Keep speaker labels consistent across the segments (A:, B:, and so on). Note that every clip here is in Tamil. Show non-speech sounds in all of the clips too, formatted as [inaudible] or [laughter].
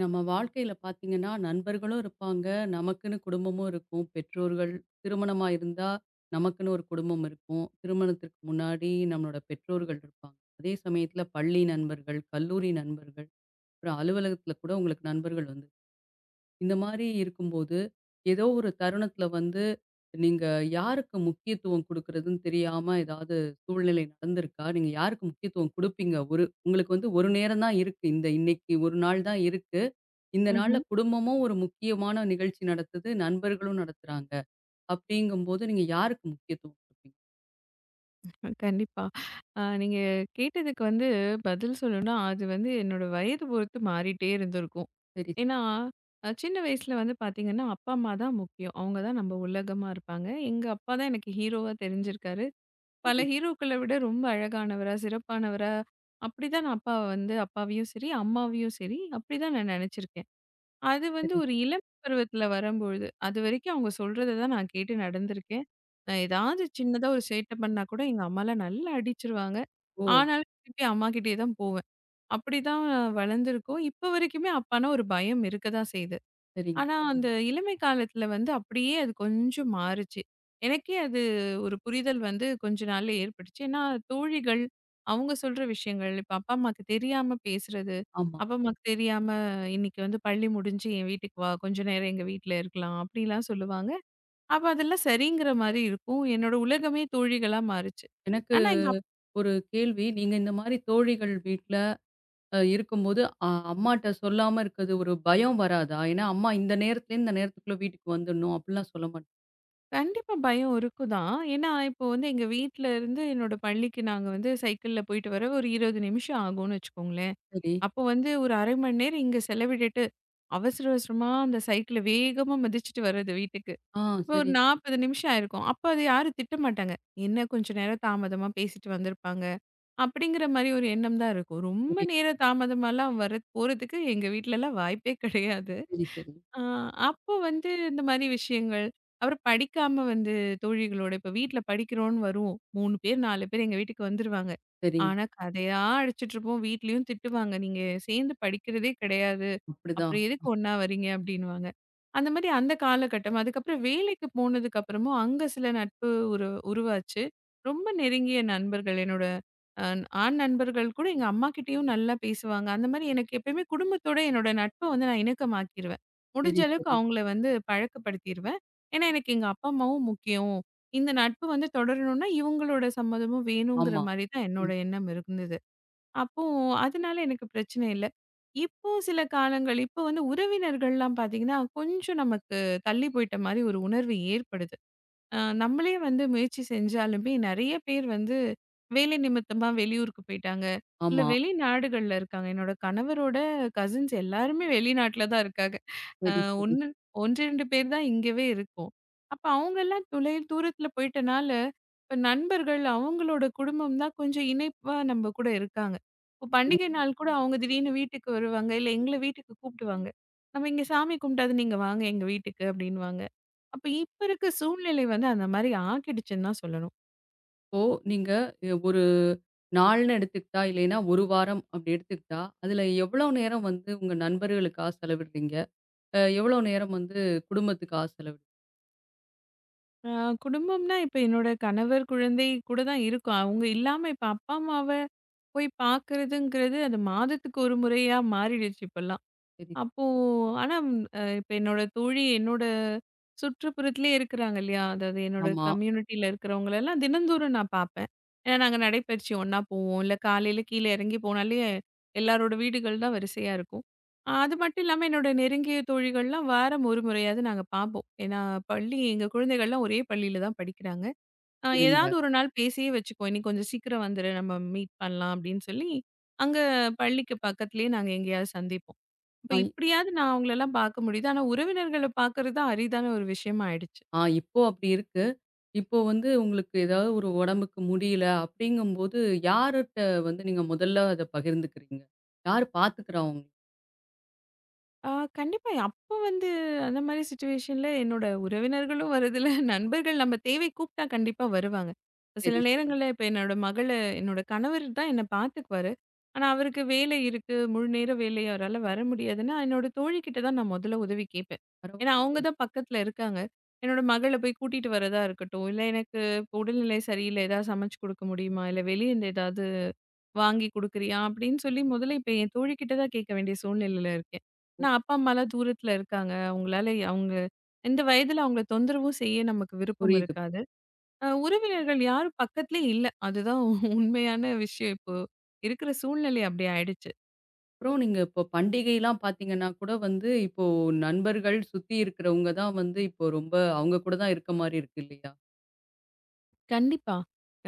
A: நம்ம வாழ்க்கையில பார்த்தீங்கன்னா, நண்பர்களும் இருப்பாங்க. நமக்குன்னு குடும்பமும் இருக்கும். பெற்றோர்கள் திருமணமா இருந்தா, நமக்குன்னு ஒரு குடும்பம் இருக்கும். திருமணத்திற்கு முன்னாடி நம்மளோட பெற்றோர்கள் இருப்பாங்க. அதே சமயத்தில பள்ளி நண்பர்கள், கல்லூரி நண்பர்கள், அப்புறம் அலுவலகத்தில கூட உங்களுக்கு நண்பர்கள் வந்து இந்த மாரி இருக்கும்போது, ஏதோ ஒரு தருணத்தில வந்து, நீங்க யாருக்கு முக்கியத்துவம் குடுக்குறதுன்னு தெரியாம ஏதாவது சூழ்நிலை நடந்திருக்கா? நீங்க யாருக்கு முக்கியத்துவம் குடுப்பீங்க? ஒரு உங்களுக்கு வந்து 1 நேரம் தான் இருக்கு. இந்த இன்னைக்கு 1 நாள் தான் இருக்கு. இந்த நாள்ல
B: ம்ஹ்ம்.
A: குடும்பமும் ஒரு முக்கியமான நிகழ்ச்சி நடத்துது. நண்பர்களும் நடத்துறாங்க. அப்படிங்கும்போது நீங்க யாருக்கு முக்கியத்துவம் குடுப்பீங்க?
B: கண்டிப்பா. நீங்க கேட்டதுக்கு வந்து பதில் சொல்லணும்னா, அது வந்து என்னோட வயது பொறுத்து மாறிட்டே இருந்திருக்கும்.
A: சரி,
B: ஏன்னா, சின்ன வயசுல வந்து பார்த்தீங்கன்னா, அப்பா, அம்மா தான் முக்கியம். அவங்க தான் நம்ம உலகமா இருப்பாங்க. எங்க அப்பா தான் எனக்கு ஹீரோவா தெரிஞ்சிருக்காரு. பல
A: சரி,
B: ஹீரோக்கள விட ரொம்ப அழகானவரா, சிறப்பானவரா, அப்படிதான் நான் அப்பாவையும் சரி, அம்மாவையும் சரி, அப்படிதான் நான் நெனச்சிருக்கேன். அது வந்து
A: சரிங்க.
B: ஒரு இளம் பருவத்துல வரும்பொழுது, அதுவரைக்கும் அவங்க சொல்றத தான் நான் கேட்டு நடந்திருக்கேன். ஏதாவது சின்னதா ஒரு சேட்டை பண்ணா கூட எங்க அம்மாலாம் நல்லா அடிச்சுருவாங்க.
A: ஓ!
B: ஆனாலும் திருப்பி அம்மாகிட்டயே தான் போவேன். அப்படிதான் வளர்ந்துருக்கோம். இப்ப வரைக்குமே அப்பான்னா ஒரு பயம் இருக்க தான் செய்யுது.
A: சரிங்க.
B: ஆனா, அந்த இளமை காலத்துல வந்து அப்படியே அது கொஞ்சம் மாறுச்சு. எனக்கே அது ஒரு புரிதல் வந்து கொஞ்ச நாள்ல ஏற்பட்டுச்சு. ஏன்னா, தோழிகள் அவங்க சொல்ற விஷயங்கள், இப்ப அப்பா, அம்மாக்கு தெரியாம பேசுறது,
A: ஆமா.
B: அப்பா, அம்மாக்கு தெரியாம "இன்னைக்கு வந்து பள்ளி முடிஞ்சு என் வீட்டுக்கு வா, கொஞ்ச நேரம் எங்க வீட்ல இருக்கலாம்" அப்படிலாம் சொல்லுவாங்க. அப்ப அதெல்லாம் சரிங்கிற மாரி இருக்கும். என்னோட உலகமே தோழிகளா மாறுச்சு.
A: எனக்கு
B: ஆனா, எங்க
A: ஒரு கேள்வி. நீங்க இந்த மாரி தோழிகள் வீட்ல இருக்கும்போது அம்மாட்ட சொல்லாம இருக்கிறது ஒரு பயம் வராதா? ஏன்னா, அம்மா இந்த நேரத்துலேருந்து இந்த நேரத்துக்குள்ள வீட்டுக்கு வந்துடணும் அப்டிலாம் சொல்ல மாட்.
B: கண்டிப்பா பயம் இருக்கும் தான். ஏன்னா, இப்போ வந்து எங்க வீட்ல இருந்து என்னோட பள்ளிக்கு நாங்க வந்து சைக்கிள்ல போயிட்டு வர ஒரு 20 நிமிஷம் ஆகும்னு வச்சுக்கோங்களேன்.
A: சரி.
B: அப்போ வந்து ஒரு 1/2 மணி நேரம் இங்க செலவிட்டுட்டு, அவசர அவசரமா அந்த சைக்கிள வேகமா மிதிச்சுட்டு வர்றது வீட்டுக்கு.
A: ஆ,
B: இப்போ ஒரு
A: சரி.
B: 40 நிமிஷம் ஆயிருக்கும். அப்ப அது யாரும் திட்ட மாட்டாங்க. என்ன கொஞ்ச நேரம் தாமதமா பேசிட்டு வந்திருப்பாங்க, அப்படிங்கிற மாரி ஒரு எண்ணம் தான் இருக்கும். ரொம்ப
A: புரியுது.
B: நேரம் தாமதமாலாம் வர போறதுக்கு எங்க வீட்லலாம் வாய்ப்பே கிடையாது.
A: சரி, சரி.
B: ஆ, அப்போ வந்து இந்த மாரி விஷயங்கள். அப்புறம் படிக்காம வந்து தோழிகளோட இப்ப வீட்ல படிக்கிறோம்ன்னு வருவோம். 3 பேர், 4 பேர் எங்க வீட்டுக்கு வந்துருவாங்க.
A: சரிங்க.
B: ஆனா கதையா அடிச்சுட்டுருப்போம். வீட்லயும் திட்டுவாங்க. "நீங்க சேர்ந்து படிக்கிறதே கிடையாது.
A: அப்டிதான்.
B: அப்புறம் எதுக்கு ஒண்ணா வரீங்க?" அப்படின்னுவாங்க. அந்த மாரி அந்த காலகட்டம். அதுக்கப்புறம் வேலைக்கு போனதுக்கு அப்புறமும் அங்க சில நட்பு உருவாச்சு. ரொம்ப நெருங்கிய நண்பர்கள் என்னோட அ ஆண் நண்பர்கள் கூட எங்க அம்மாகிட்டயும் நல்லா பேசுவாங்க. அந்த மாரி எனக்கு எப்பயுமே குடும்பத்தோட என்னோட நட்ப வந்து நான் இணக்கமாக்கிருவேன். முடிஞ்ச
A: சரி,
B: அளவுக்கு
A: சரி.
B: அவங்கள வந்து பழக்கப்படுத்திருவேன். ஏன்னா, எனக்கு எங்க அப்பா, அம்மாவும் முக்கியம். இந்த நட்பு வந்து தொடரணும்னா, இவங்களோட சம்மதமும் வேணுங்கிற
A: ஆமா.
B: மாரி தான் என்னோட
A: ம்.
B: எண்ணம் இருந்தது. அப்போ அதனால எனக்கு பிரச்சனை இல்ல. இப்போ சில காலங்கள் இப்போ வந்து உறவினர்கள்லாம் பார்த்தீங்கன்னா, கொஞ்சம் நமக்கு தள்ளி போயிட்ட மாரி ஒரு உணர்வு ஏற்படுது. நம்மளே வந்து முயற்சி செஞ்சாலுமே, நெறைய பேர் வந்து வேலை நிமித்தமா வெளியூருக்கு போயிட்டாங்க. இல்ல
A: ஆமா.
B: வெளிநாடுகள்ல இருக்காங்க. என்னோட கணவரோட கசின்ஸ் எல்லாருமே வெளிநாட்ல தான் இருக்காங்க. அ
A: சரி, சரி.
B: 1 1, 2 பேர் தான் இங்கவே இருக்கோம். அப்ப அவங்கலாம் தொலை தூரத்துல போயிட்டனால, இப்ப நண்பர்கள் அவங்களோட குடும்பம் தான் கொஞ்சம் இணைப்பா நம்ம கூட இருக்காங்க. இப்போ பண்டிகை நாள் கூட அவங்க திடீர்னு வீட்டுக்கு வருவாங்க. இல்ல எங்கள வீட்டுக்கு கூப்பிடுவாங்க. "நம்ம இங்க சாமி கும்பிட்டாவது நீங்க வாங்க எங்க வீட்டுக்கு" அப்படின்னுவாங்க. அப்ப இப்ப இருக்க சூழ்நிலை வந்து அந்த மாரி ஆக்கிடுச்சுன்னு தான் சொல்லணும்.
A: இப்போ நீங்க ஒரு நாள்னு எடுத்துக்கிட்டா, இல்லைன்னா 1 வாரம் அப்டி எடுத்துக்கிட்டா, அதுல எவ்வளோ நேரம் வந்து உங்க நண்பர்களுக்கா செலவிடுறீங்க? எவ்வளோ நேரம் வந்து குடும்பத்துக்கா செலவிடுறீங்க?
B: அ குடும்பம்னா இப்ப என்னோட கணவர், குழந்தை கூட தான் இருக்கும். அவங்க இல்லாம இப்ப அப்பா, அம்மாவ போய் பார்க்கிறதுங்கிறது அது மாதத்துக்கு ஒரு முறையா மாறிடுச்சு இப்பல்லாம்.
A: சரி.
B: அப்போ ஆனா அ இப்ப என்னோட தோழி என்னோட சுற்றுப்புறத்திலேயே இருக்கிறாங்க இல்லையா? அதாவது என்னோட
A: ஆமா.
B: கம்யூனிட்டில இருக்கிறவங்களெல்லாம் தினந்தோறும் நான் பார்ப்பேன். ஏன்னா நாங்க நடைப்பயிற்சி ஒண்ணா போவோம். இல்ல காலையில கீழ இறங்கி போனாலே எல்லாரோட வீடுகள் தான் வரிசையா இருக்கும். அது மட்டும் இல்லாம என்னோட நெருங்கிய தோழிகள்லாம் வாரம் ஒரு முறையாவது நாங்க பார்ப்போம். ஏன்னா பள்ளி எங்க குழந்தைகள்லாம் ஒரே பள்ளியில தான் படிக்கிறாங்க. ஏதாவது
A: சரிங்க.
B: ஒரு நாள் பேசியே வச்சுக்குவோம். "இன்னைக்கு கொஞ்சம் சீக்கிரம் வந்துரு. நம்ம மீட் பண்ணலாம்." அப்படின்னு சொல்லி, அங்க பள்ளிக்கு பக்கத்துலயே நாங்க எங்கேயாவது சந்திப்போம். இப்ப
A: ஆ,
B: இப்படியாவது நான் அவங்களலாம் பார்க்க முடியுது. ஆனா உறவினர்கள பார்க்கறது அரிதான ஒரு விஷயமா ஆயிடுச்சு.
A: ஆ, இப்போ அப்படி இருக்கு. இப்போ வந்து உங்களுக்கு ஏதாவது ஒரு உடம்புக்கு முடியல அப்படிங்கும்போது, யார்ட்ட வந்து நீங்க முதல்ல அத பகிர்ந்துக்கிறீங்க? யார் பார்த்துக்கிறா உங்கள?
B: ஆ கண்டிப்பா. அப்போ வந்து அந்த மாரி சிச்சுவேஷன்ல என்னோட உறவினர்களும் வரதில்ல, [laughs] நண்பர்கள் நம்ம தேவை கூப்ட்டா கண்டிப்பா வருவாங்க. சில
A: சரி, சரி.
B: நேரங்கள்ல இப்ப என்னோட மகள என்னோட கணவர் தான் என்ன பாத்துக்குவாரு. ஆனா, அவருக்கு வேலை இருக்கு, முழு நேர வேலை அவரால வர முடியாதுன்னா, என்னோட தோழிகிட்ட தான் நான் முதல்ல உதவி கேட்பேன். ஏன்னா, அவங்க
A: பரவாயில்லையே!
B: தான் பக்கத்துல இருக்காங்க. என்னோட மகள போய் கூட்டிட்டு வரதா இருக்கட்டும், இல்ல எனக்கு இப்ப உடல்நிலை சரியில்ல, ஏதாவது சமைச்சு குடுக்க முடியுமா? இல்ல வெளியிருந்து ஏதாவது வாங்கி குடுக்குறியா? அப்படின்னு சொல்லி முதல்ல இப்ப என் தோழிகிட்ட தான் கேட்க வேண்டிய சூழ்நிலையில இருக்கேன். ஆனா,
A: பு
B: அப்பா, அம்மாலாம் தூரத்துல இருக்காங்க. அவங்களால அவங்க இந்த வயதுல அவங்கள தொந்தரவும் செய்ய நமக்கு விருப்பம்
A: புரியுது.
B: இருக்காது. உறவினர்கள் யாரும் பக்கத்துலயே இல்ல. அதுதான் உண்மையான விஷயம். இப்போ இருக்கிற சூழ்நிலை அப்படி ஆயிடுச்சு.
A: அப்புறம் நீங்க இப்போ பண்டிகைலாம் பார்த்தீங்கன்னா கூட வந்து, இப்போ நண்பர்கள் சுத்தி இருக்கிறவங்க தான் வந்து இப்போ ரொம்ப அவங்க கூட தான் இருக்க மாரி இருக்கு இல்லையா?
B: கண்டிப்பா.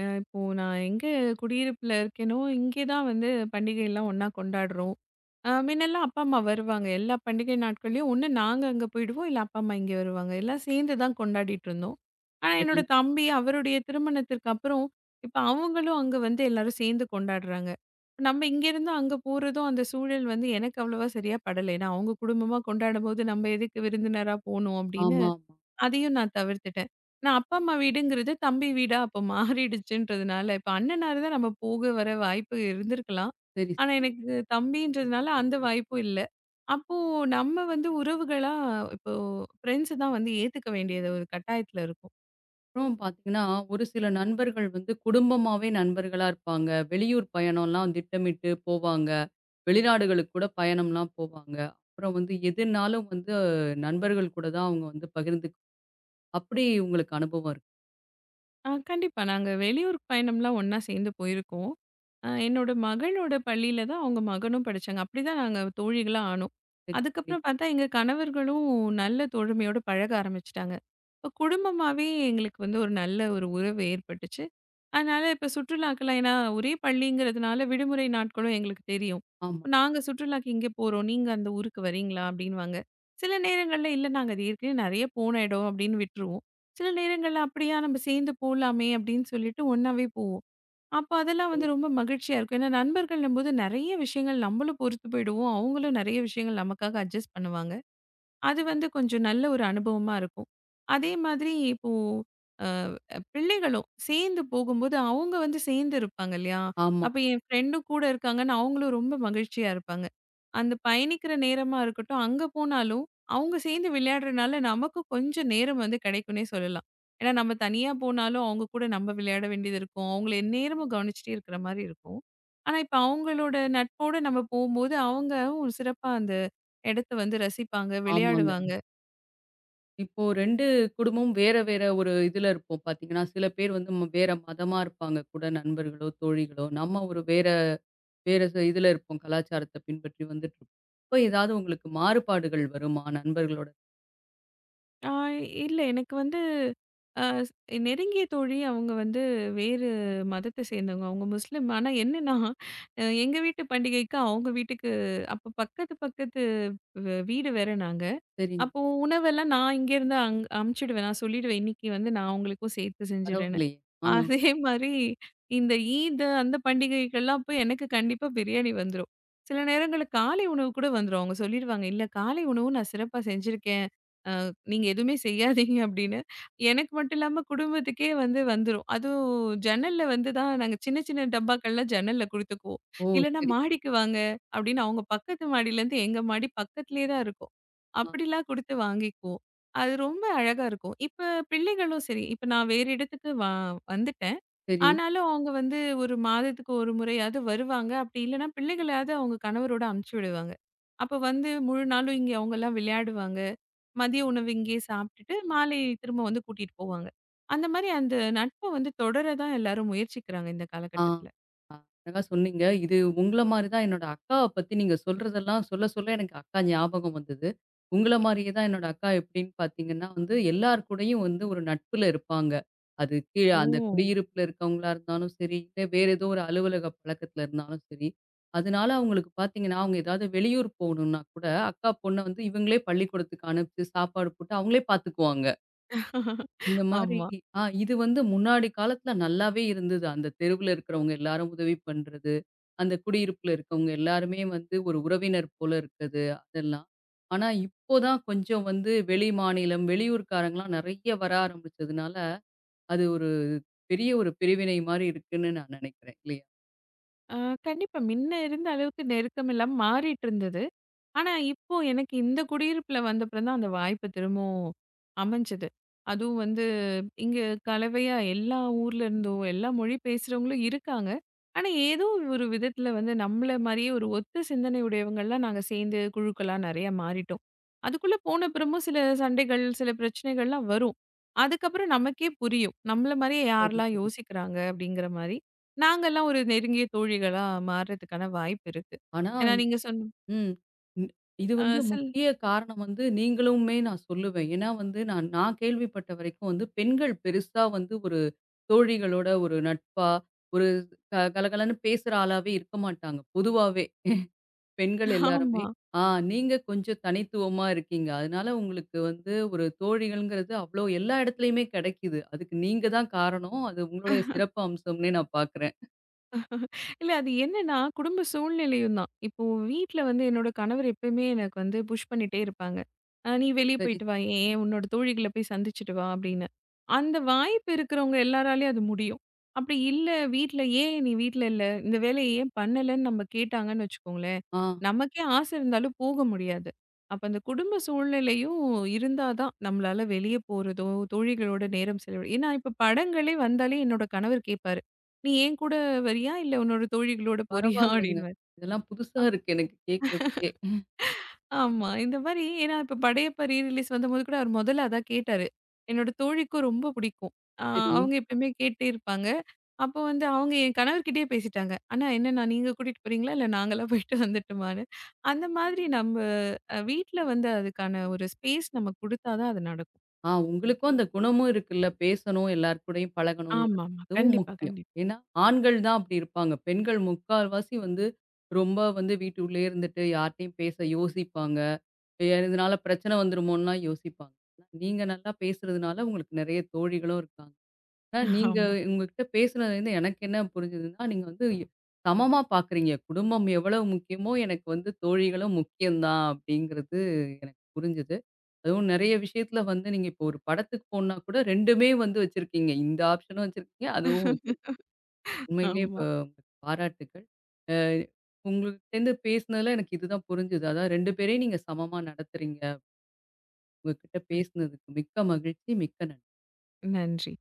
B: இப்போ நான் எங்க குடியிருப்புல இருக்கேனோ, இங்கே தான் வந்து பண்டிகைலாம் ஒண்ணா கொண்டாடுறோம். முன்னெல்லாம் அப்பா, அம்மா வருவாங்க. எல்லா பண்டிகை நாட்கள்லயும் ஒண்ணு நாங்க அங்க போயிடுவோம், இல்ல அப்பா, அம்மா இங்க வருவாங்க. எல்லாம் சேர்ந்து தான் கொண்டாடிட்டு இருந்தோம். ஆனா
A: சரி.
B: என்னோட தம்பி அவருடைய திருமணத்திற்கு அப்புறம், இப்ப அவங்களும் அங்க வந்து எல்லாரும் சேர்ந்து கொண்டாடுறாங்க. இப்ப நம்ம இங்கேருந்து அங்க போறதும் அந்த சூழல் வந்து எனக்கு அவ்வளவா சரியா படல. ஏன்னா அவங்க குடும்பமா கொண்டாடும்போது நம்ம எதுக்கு விருந்தினரா போணும் அப்படின்னு
A: ஆமா, ஆமா.
B: அதையும் நான் தவிர்த்துட்டேன். நான் அப்பா, அம்மா வீடுங்கிறது தம்பி வீடா அப்ப மாறிடுச்சுன்றதுனால, இப்ப அண்ணனாரு தான் நம்ம போக வர வாய்ப்பு இருந்திருக்கலாம்.
A: சரி,
B: ஆனா
A: சரி.
B: எனக்கு தம்பின்றதுனால அந்த வாய்ப்பும் இல்ல. அப்போ நம்ம வந்து உறவுகளா இப்போ ஃப்ரெண்ட்ஸ் தான் வந்து ஏத்துக்க வேண்டியது ஒரு கட்டாயத்துல இருக்கும்.
A: அப்புறம் பார்த்தீங்கன்னா, ஒரு சில நண்பர்கள் வந்து குடும்பமாவே நண்பர்களா இருப்பாங்க. வெளியூர் பயணம்லாம் திட்டமிட்டு போவாங்க. வெளிநாடுகளுக்கு கூட பயணம்லாம் போவாங்க. அப்புறம் வந்து எதுனாலும் வந்து நண்பர்கள் கூட தான் அவங்க வந்து பகிர்ந்து அப்படி உங்களுக்கு அனுபவம் இருக்கு.
B: ஆ கண்டிப்பா. நாங்க வெளியூர் பயணம்லாம் ஒண்ணா சேர்ந்து போயிருக்கோம். என்னோட மகளோட பள்ளியில தான் அவங்க மகனும் படிச்சாங்க. அப்படிதான் நாங்க தோழிகளா ஆனோம்.
A: சரி, சரி.
B: அதுக்கப்புறம் பார்த்தா எங்க கணவர்களும் நல்ல தோழமையோட பழக ஆரம்பிச்சுட்டாங்க. இப்ப குடும்பமாவே எங்களுக்கு வந்து ஒரு நல்ல ஒரு உறவு ஏற்பட்டுச்சு. அதனால இப்ப சுற்றுலாக்கெல்லாம் ஏன்னா ஒரே பள்ளிங்கிறதுனால விடுமுறை நாட்களும் எங்களுக்கு தெரியும்.
A: ஆமா.
B: இப்ப நாங்க சுற்றுலாக்கு இங்க போறோம். நீங்க அந்த ஊருக்கு வரீங்களா? அப்படின்னுவாங்க. சில நேரங்கள்ல இல்ல நாங்க அது ஏற்கனவே நெறைய போன இடம் அப்படின்னு விட்டுருவோம். சில நேரங்கள்ல அப்படியா நம்ம சேர்ந்து போலாமே அப்படின்னு சொல்லிட்டு ஒண்ணாவே போவோம். அப்ப அதெல்லாம்
A: சரி.
B: வந்து ரொம்ப மகிழ்ச்சியா இருக்கும். ஏன்னா நண்பர்கள்ன்னும்போது நெறைய விஷயங்கள் நம்மளும் பொறுத்து போயிடுவோம். அவங்களும் நெறைய விஷயங்கள் நமக்காக அட்ஜஸ்ட் பண்ணுவாங்க. அது வந்து கொஞ்சம் நல்ல ஒரு அனுபவமா இருக்கும். அதே மாதிரி இப்போ அ பிள்ளைகளும் சேர்ந்து போகும்போது, அவங்க வந்து சேர்ந்து இருப்பாங்க இல்லையா?
A: ஆமா.
B: அப்ப என் ஃப்ரெண்டும் கூட இருக்காங்கன்னு அவங்களும் ரொம்ப மகிழ்ச்சியா இருப்பாங்க. அந்த பயணிக்கிற நேரமா இருக்கட்டும், அங்க போனாலும் அவங்க சேர்ந்து விளையாடுறனால நமக்கும் கொஞ்சம் நேரம் வந்து கிடைக்கும்னே சொல்லலாம். ஏன்னா நம்ம தனியா போனாலும் அவங்க கூட நம்ம விளையாட வேண்டியது இருக்கும். அவங்கள எந்நேரமும் கவனிச்சுட்டே இருக்கிற மாரி இருக்கும். ஆனா இப்ப அவங்களோட நட்போட நம்ம போம்போது அவங்க சிறப்பா அந்த இடத்த வந்து ரசிப்பாங்க,
A: ஆமாங்க.
B: விளையாடுவாங்க.
A: இப்போ 2 குடும்பமும் வேற, வேற ஒரு இதுல இருப்போம் பார்த்தீங்கன்னா, சில பேர் வந்து வேற மதமா இருப்பாங்க கூட நண்பர்களோ, தோழிகளோ. நம்ம ஒரு வேற வேற இதுல இருப்போம். கலாச்சாரத்த பின்பற்றி வந்துட்டுருப்போம். அப்ப ஏதாவது உங்களுக்கு மாறுபாடுகள் வருமா நண்பர்களோட?
B: ஆ இல்ல எனக்கு வந்து அ ஸ் நெருங்கிய தோழி அவங்க வந்து வேறு மதத்த சேர்ந்தவங்க. அவங்க முஸ்லிம். ஆனா என்னன்னா, எங்க வீட்டு பண்டிகைக்கு அவங்க வீட்டுக்கு அப்ப பக்கத்து, பக்கத்து வீடு வேற நாங்க.
A: சரிங்க.
B: அப்போ உணவெல்லாம் நான் இங்கேருந்து அமுச்சுடுவேன். நான் சொல்லிடுவேன், இன்னைக்கு வந்து நான் உங்களுக்கும் சேர்த்து செஞ்சுடுறேன்னு.
A: பரவாயில்லையே! ஆ.
B: அதே [laughs] மாரி இந்த ஈத் அந்த பண்டிகைகள்லாம் அப்ப எனக்கு கண்டிப்பா பிரியாணி வந்துரும். சில நேரங்கள்ல காலை உணவு கூட வந்துரும். அவங்க சொல்லிடுவாங்க, "இல்ல காலை உணவு நான் சிறப்பா செஞ்சிருக்கேன். அ நீங்க எதுவுமே செய்யாதீங்க" [laughs] அப்படின்னு. எனக்கு மட்டும் இல்லாம குடும்பத்துக்கே வந்து வந்துரும். அதுவும் ஜன்னல்ல வந்து தான் நாங்க சின்ன சின்ன டப்பாக்கள்லாம் ஜன்னல்ல குடுத்துக்குவோம்.
A: ஓ!
B: இல்லன்னா
A: சரி.
B: "மாடிக்கு வாங்க" அப்படின்னு அவங்க பக்கத்து மாடியிலேருந்து எங்க மாடி பக்கத்திலேயே தான் இருக்கும்.
A: ஆ.
B: அப்படிலாம் குடுத்து வாங்கிக்குவோம். அது ரொம்ப அழகா இருக்கும். இப்ப பிள்ளைகளும் சரி, இப்ப நான் வேறு இடத்துக்கு வந்துட்டேன்.
A: சரி.
B: ஆனாலும் அவங்க வந்து 1 மாதத்துக்கு 1 முறையாவது வருவாங்க. அப்படி இல்லன்னா பிள்ளைகளையாவது அவங்க கணவரோட அனுப்பிச்சு விடுவாங்க. அப்ப வந்து முழு நாளும் இங்கே அவங்கலாம் விளையாடுவாங்க. மதிய உணவு இங்கேயே சாப்பிட்டுட்டு, மாலை திரும்ப வந்து கூட்டிட்டு போவாங்க. அந்த மாரி அந்த நட்ப வந்து தொடர தான் எல்லாரும் முயற்சிக்கிறாங்க இந்த
A: ஆ.
B: காலகட்டத்தில.
A: அழகா சொன்னீங்க. இது உங்கள மாரி தான். என்னோட அக்காவ பத்தி நீங்க சொல்றதெல்லாம் சொல்ல, சொல்ல எனக்கு அக்கா ஞாபகம் வந்தது. உங்கள மாரியே தான் என்னோட அக்கா. எப்படின்னு பார்த்தீங்கன்னா வந்து, எல்லார் கூடயும் வந்து ஒரு நட்புல இருப்பாங்க. அது கீழ அந்த
B: ஓ!
A: குடியிருப்புல இருக்கவங்களா இருந்தாலும் சரி, இல்ல வேற ஏதோ ஒரு அலுவலக பழக்கத்துல இருந்தாலும் சரி. அதனால அவங்களுக்கு பார்த்தீங்கன்னா, அவங்க ஏதாவது வெளியூர் போகணும்னா கூட, அக்கா பொண்ண வந்து இவங்களே பள்ளிக்கூடத்துக்கு அனுப்பிச்சு சாப்பாடு போட்டு அவங்களே பார்த்துக்குவாங்க.
B: [laughs]
A: இந்த மாரி,
B: ஆமா.
A: ஆ, இது வந்து முன்னாடி காலத்துல நல்லாவே இருந்தது. அந்த தெருவுல இருக்கிறவங்க எல்லாரும் உதவி பண்றது, அந்த குடியிருப்புல இருக்கவங்க எல்லாருமே வந்து ஒரு உறவினர் போல இருக்கிறது, அதெல்லாம். ஆனா, இப்போ தான் கொஞ்சம் வந்து வெளி மாநிலம், வெளியூர்க்காரங்கலாம் நெறைய வர ஆரம்பிச்சதுனால, அது ஒரு பெரிய ஒரு பிரிவினை மாரி இருக்குன்னு நான் நெனைக்கிறேன். இல்லையா?
B: அ கண்டிப்பா. முன்ன இருந்த அளவுக்கு நெருக்கம் எல்லாம் மாறிட்டு இருந்தது. ஆனா, இப்போ எனக்கு இந்த குடியிருப்புல வந்தப்புறம் தான் அந்த வாய்ப்பு திரும்பவும் அமைஞ்சது. அதுவும் வந்து இங்க கலவையா எல்லா ஊர்ல இருந்தும், எல்லா மொழி பேசுறவங்களும் இருக்காங்க. ஆனா, ஏதோ ஒரு விதத்துல வந்து நம்மள மாரியே ஒரு ஒத்த சிந்தனை உடையவங்கலாம் நாங்க சேர்ந்து குழுக்களா நெறையா மாறிட்டோம். அதுக்குள்ள போனப்புறமும் சில சண்டைகள், சில பிரச்சனைகள்லாம் வரும். அதுக்கப்புறம் நமக்கே புரியும். நம்மள மாரியே
A: சரி,
B: யாரெல்லாம்
A: சரி.
B: யோசிக்கிறாங்க அப்படிங்கிற மாரி. நாங்கலாம் ஒரு நெருங்கிய தோழிகளா மாறுறதுக்கான வாய்ப்பு இருக்கு.
A: ஆனா,
B: ஏன்னா நீங்க சொன்ன
A: ம். ன் இது
B: அ
A: வந்து
B: சில
A: முக்கிய காரணம் வந்து நீங்களுமே நான் சொல்லுவேன். ஏன்னா வந்து நான் நான் கேள்விப்பட்ட வரைக்கும் வந்து பெண்கள் பெருசா வந்து ஒரு தோழிகளோட ஒரு நட்பா, ஒரு கலகலன்னு பேசுற ஆளாவே இருக்க மாட்டாங்க. பொதுவாவே பெண்கள் எல்லாருமே.
B: ஆமா.
A: ஆ, நீங்க கொஞ்சம் தனித்துவமா இருக்கீங்க. அதனால உங்களுக்கு வந்து ஒரு தோழிகள்ங்கிறது அவ்ளோ எல்லா இடத்துலயுமே கிடைக்குது. அதுக்கு நீங்க தான் காரணம். அது உங்களுடைய சிறப்பு அம்சம்னே நான் பார்க்குறேன்.
B: இல்ல அது என்னன்னா, குடும்ப சூழ்நிலையும் தான். இப்போ வீட்ல வந்து என்னோட கணவர் எப்பயுமே எனக்கு வந்து புஷ் பண்ணிட்டே இருப்பாங்க. "நீ வெளிய
A: சரி.
B: போயிட்டு வா. ஏன் உன்னோட தோழிகள போய் சந்திச்சுட்டு வா" அப்படின்னு. அந்த வாய்ப்பு இருக்கிறவங்க எல்லாராலயும் அது முடியும். அப்படி இல்ல வீட்ல "ஏன் நீ வீட்ல இல்ல? இந்த வேலைய ஏன் பண்ணலன்னு?" நம்ம கேட்டாங்கன்னு வச்சுக்கோங்களேன்,
A: ஆ,
B: நமக்கே ஆசை இருந்தாலும் போக முடியாது. அப்ப அந்த குடும்ப சூழ்நிலையும் இருந்தா தான் நம்மளால வெளிய போறதோ, தோழிகளோட நேரம் செலவிட ஏன்னா இப்ப படங்களே வந்தாலே என்னோட கணவர் கேட்பாரு. நீ என் கூட வரியா? இல்ல உன்னோட தோழிகளோட போறியா? [laughs]
A: பரவால்லங்க.
B: அப்படின்னுவாரு.
A: இதெல்லாம் புதுசா
B: அ
A: இருக்கு எனக்கு கேட்கறதுக்கே.
B: ஆமா. இந்த மாரி ஏன்னா இப்ப படையப்பா ரீ ரிலீஸ் வந்தபோது கூட அவர் முதல்ல அதான் கேட்டாரு. என்னோட தோழிக்கும் ரொம்ப பிடிக்கும். அ
A: சரி.
B: அவங்க எப்பயுமே கேட்டே இருப்பாங்க. அப்போ வந்து அவங்க என் கணவர்கிட்டயே பேசிட்டாங்க. "அண்ணா என்னண்ணா நீங்க கூட்டிட்டு போறீங்களா? இல்ல நாங்களா போயிட்டு வந்துட்டுமான்னு?" அந்த மாதிரி நம்ம வீட்ல வந்து அதுக்கான ஒரு ஸ்பேஸ் நம்ம குடுத்தா தான் அது நடக்கும்.
A: ஆ, உங்களுக்கும் அந்த குணமும் இருக்குல்ல. பேசணும், எல்லார் கூடயும் பழகணுங்கிறது.
B: ஆமாமா.
A: அதுவும்
B: கண்டிப்பா,
A: முக்கியம்.
B: கண்டிப்பா.
A: ஏன்னா, ஆண்கள் தான் அப்படி இருப்பாங்க. பெண்கள் முக்கால்வாசி வந்து ரொம்ப வந்து வீட்டுக்குள்ளேயே இருந்துட்டு யார்ட்டயும் பேச யோசிப்பாங்க. இதனால பிரச்சனை வந்துருமோன்லாம் யோசிப்பாங்க. ஆனா, நீங்க நல்லா பேசுறதுனால உங்களுக்கு நெறைய தோழிகளும் இருக்காங்க. ஆனா, நீங்க
B: ஆமா.
A: உங்ககிட்ட பேசுனதுலருந்து எனக்கு என்ன புரிஞ்சதுன்னா, நீங்க வந்து சமமா பார்க்குறீங்க. குடும்பம் எவ்வளவு முக்கியமோ, எனக்கு வந்து தோழிகளும் முக்கியம் தான் அப்படிங்கிறது எனக்கு புரிஞ்சது. அதுவும் நெறைய விஷயத்துல வந்து நீங்க இப்போ ஒரு படத்துக்கு போனா கூட 2மே வந்து வச்சிருக்கீங்க. இந்த ஆப்ஷனும் வச்சிருக்கீங்க, அதுவும் வச்சிருக்கீங்க.
B: [laughs]
A: உண்மையிலேயே
B: ஆமா.
A: பாராட்டுக்கள். அ உங்ககிட்டேருந்து பேசுனதுல எனக்கு இதுதான் புரிஞ்சது. அதான் 2 பேரையும் நீங்க சமமா நடத்துறீங்க. உங்ககிட்ட பேசுனதுக்கு மிக்க மகிழ்ச்சி. மிக்க நன்றி.
B: நன்றி.